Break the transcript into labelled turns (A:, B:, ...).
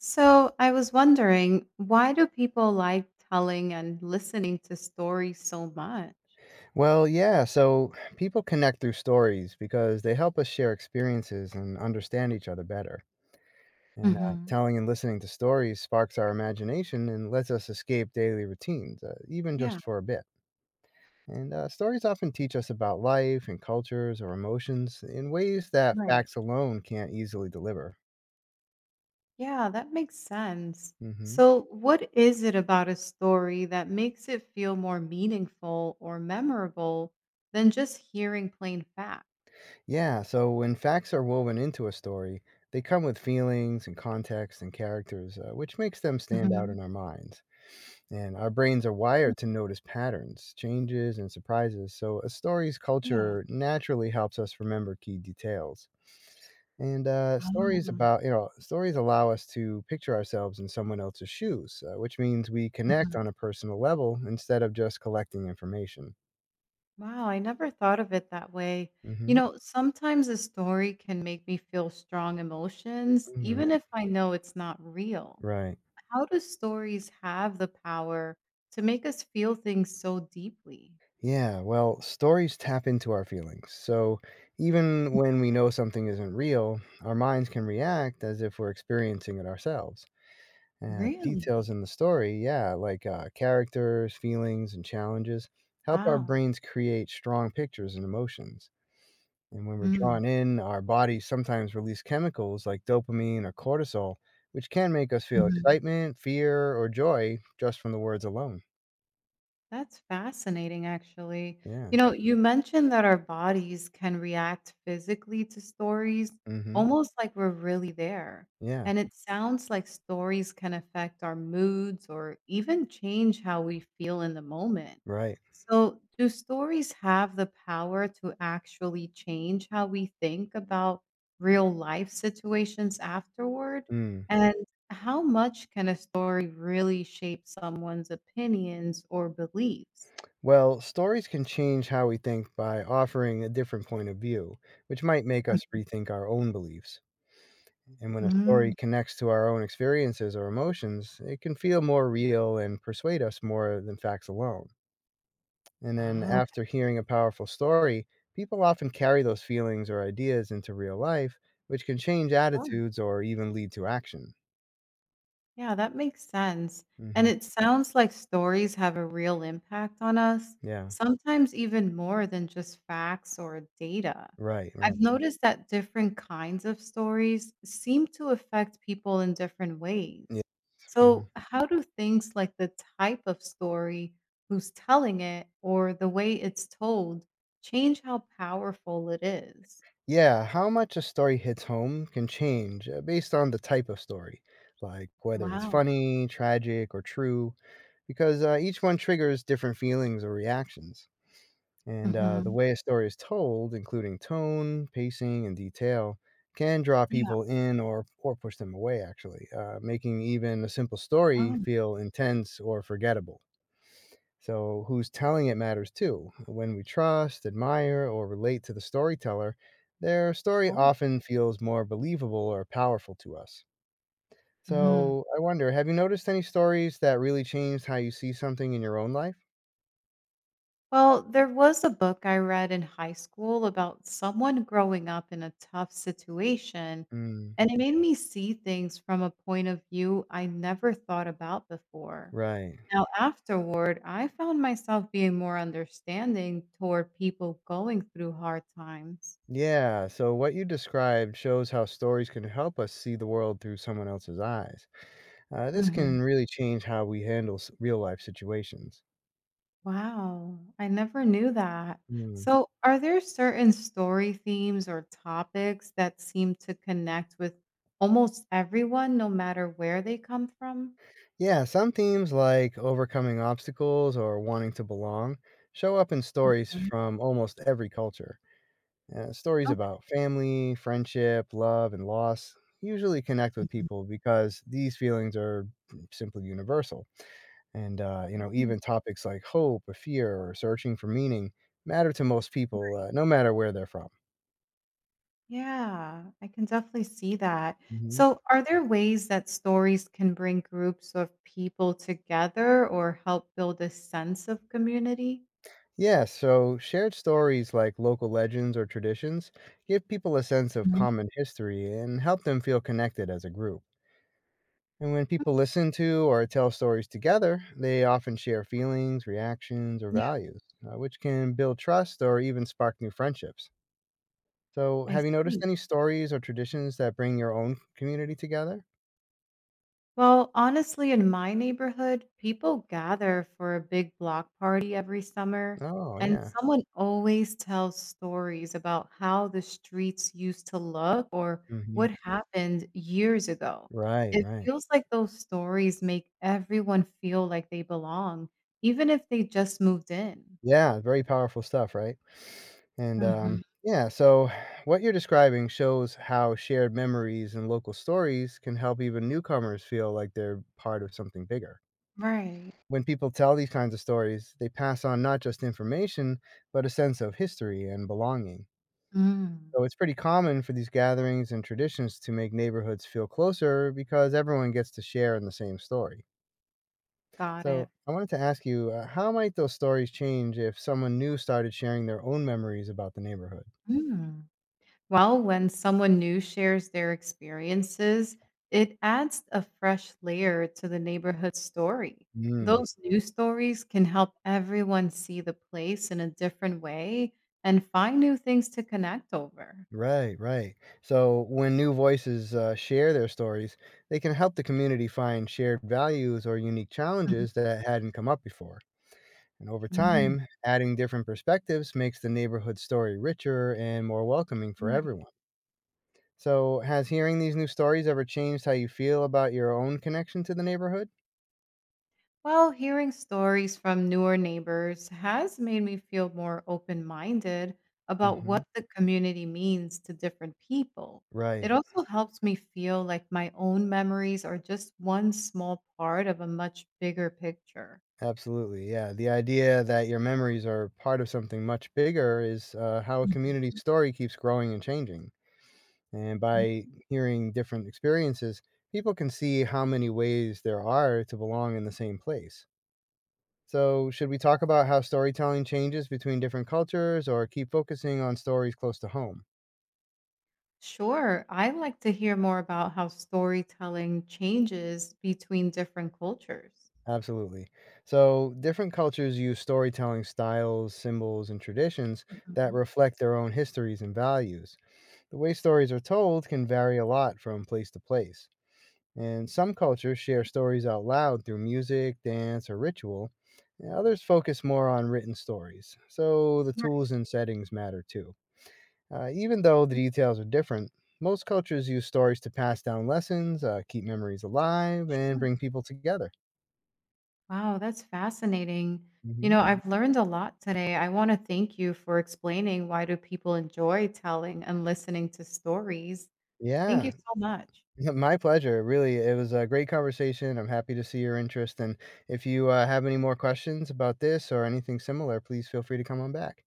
A: So I was wondering, why do people like telling and listening to stories so much?
B: Well, yeah, so people connect through stories because they help us share experiences and understand each other better. And
A: Hmm.
B: Telling and listening to stories sparks our imagination and lets us escape daily routines, even
A: Yeah,
B: just for a bit. And Stories often teach us about life and cultures or emotions in ways that
A: right.
B: facts alone can't easily deliver.
A: Yeah, that makes sense.
B: hmm
A: So, what is it about a story that makes it feel more meaningful or memorable than just hearing plain facts?
B: Yeah, so when facts are woven into a story, they come with feelings and context and characters, which makes them stand out
A: Hmm.
B: in our minds. And our brains are wired to notice patterns, changes, and surprises, so a story's
A: Yeah.
B: culture naturally helps us remember key details. And stories about, you know, Stories allow us to picture ourselves in someone else's shoes, which means we connect
A: Oh.
B: on a personal level instead of just collecting information.
A: Wow, I never thought of it that way. You
B: hmm
A: know, sometimes a story can make me feel strong emotions, even
B: yeah.
A: if I know it's not real.
B: Right.
A: How do stories have the power to make us feel things so deeply?
B: Yeah. Well, stories tap into our feelings. So even when we know something isn't real, our minds can react as if we're experiencing it ourselves. And the
A: Really?
B: details in the story, yeah, like, characters, feelings, and challenges help our
A: Wow.
B: brains create strong pictures and emotions. And when we're
A: Mm.
B: drawn in, our bodies sometimes release chemicals like dopamine or cortisol, which can make us feel excitement, fear, or joy just from the words alone.
A: That's fascinating, actually.
B: Yeah.
A: You know, you mentioned that our bodies can react physically to stories
B: Mhm.
A: almost like we're really there.
B: Yeah.
A: And it sounds like stories can affect our moods or even change how we feel in the moment.
B: Right.
A: So, do stories have the power to actually change how we think about real life situations afterward?
B: Mm.
A: How much can a story really shape someone's opinions or beliefs?
B: Well, stories can change how we think by offering a different point of view, which might make us rethink our own beliefs. And when a
A: Mm.
B: story connects to our own experiences or emotions, it can feel more real and persuade us more than facts alone. And then
A: Oh,
B: after hearing a powerful story, people often carry those feelings or ideas into real life, which can change
A: okay.
B: attitudes or even lead to action.
A: Yeah, that makes sense. And
B: hmm
A: it sounds like stories have a real impact on us,
B: Yeah,
A: sometimes even more than just facts or data.
B: right, right.
A: I've noticed that different kinds of stories seem to affect people in different
B: Yeah.
A: ways.
B: hmm
A: So, how do things like the type of story, who's telling it, or the way it's told change how powerful it is?
B: Yeah, how much a story hits home can change based on the type of story, like whether it's
A: Wow.
B: funny, tragic, or true, because each one triggers different feelings or reactions. And The
A: Hmm.
B: way a story is told, including tone, pacing, and detail, can draw
A: Yeah.
B: people in or push them away, actually, making even a simple story
A: Oh,
B: feel intense or forgettable. So, who's telling it matters too. When we trust, admire, or relate to the storyteller, their story
A: sure.
B: often feels more believable or powerful to us.
A: Mhm.
B: So, I wonder, have you noticed any stories that really changed how you see something in your own life?
A: Well, there was a book I read in high school about someone growing up in a tough situation,
B: Mm,
A: and it made me see things from a point of view I never thought about before.
B: right.
A: Now, afterward, I found myself being more understanding toward people going through hard times.
B: Yeah, so what you described shows how stories can help us see the world through someone else's eyes. This
A: Mhm.
B: can really change how we handle real life situations.
A: Wow, I never knew that.
B: Hmm.
A: So, are there certain story themes or topics that seem to connect with almost everyone, no matter where they come from?
B: Yeah, some themes like overcoming obstacles or wanting to belong show up in stories
A: Mhm.
B: from almost every culture. Stories about
A: Okay.
B: family, friendship, love, and loss usually connect with
A: Mhm.
B: people because these feelings are simply universal.
A: Mm.
B: Even topics like hope or fear or searching for meaning matter to most people, no matter where they're from.
A: Yeah, I can definitely see that.
B: hmm
A: So, are there ways that stories can bring groups of people together or help build a sense of community?
B: Yeah, so shared stories like local legends or traditions give people a sense of
A: Mhm.
B: common history and help them feel connected as a group. And when people listen to or tell stories together, they often share feelings, reactions, or
A: Yeah,
B: values, which can build trust or even spark new friendships. So,
A: I
B: have you noticed
A: see.
B: any stories or traditions that bring your own community together?
A: Well, honestly, in my neighborhood, people gather for a big block party every summer,
B: Oh,
A: and
B: yeah.
A: someone always tells stories about how the streets used to look or what
B: Mhm.
A: happened years ago.
B: Right,
A: It
B: right.
A: feels like those stories make everyone feel like they belong, even if they just moved in.
B: Yeah, very powerful stuff, right?
A: Mhm.
B: Yeah, so what you're describing shows how shared memories and local stories can help even newcomers feel like they're part of something bigger.
A: Right.
B: When people tell these kinds of stories, they pass on not just information, but a sense of history and belonging.
A: Mm,
B: So it's pretty common for these gatherings and traditions to make neighborhoods feel closer because everyone gets to share in the same story.
A: got it.
B: So I wanted to ask you, how might those stories change if someone new started sharing their own memories about the neighborhood?
A: Mm. Well, when someone new shares their experiences, it adds a fresh layer to the neighborhood story.
B: Mm,
A: Those new stories can help everyone see the place in a different way and find new things to connect over.
B: right, right. So when new voices share their stories, they can help the community find shared values or unique
A: Mhm.
B: challenges that hadn't come up before. And over
A: Mm, Mm.
B: time, adding different perspectives makes the neighborhood story richer and more welcoming for
A: Right.
B: everyone. So, has hearing these new stories ever changed how you feel about your own connection to the neighborhood?
A: Well, hearing stories from newer neighbors has made me feel more open minded about
B: hmm
A: what the community means to different people. It
B: Right.
A: also helps me feel like my own memories are just one small part of a much bigger picture.
B: Absolutely, yeah, the idea that your memories are part of something much bigger is, how a community
A: Mhm.
B: story keeps growing and changing, and
A: Yeah.
B: by hearing different experiences, people can see how many ways there are to belong in the same place. So, should we talk about how storytelling changes between different cultures or keep focusing on stories close to home?
A: Sure, I'd like to hear more about how storytelling changes between different cultures.
B: Absolutely. So, different cultures use storytelling styles, symbols, and traditions that
A: Mhm.
B: reflect their own histories and values. The way stories are told can vary a lot from place to place, and some cultures share stories out loud through music, dance, or ritual, and others focus more on written stories, so the tools and settings matter too. Even though the details are different, most cultures use stories to pass down lessons, keep memories alive, and
A: Sure.
B: bring people together.
A: Wow, that's fascinating. You know,
B: hmm
A: I've learned a lot today. I want to thank you for explaining why do people enjoy telling and listening to stories. Thank you
B: Yeah,
A: so much.
B: yeah, my pleasure. Really, it was a great conversation. I'm happy to see your interest. And if you have any more questions about this or anything similar, please feel free to come on back.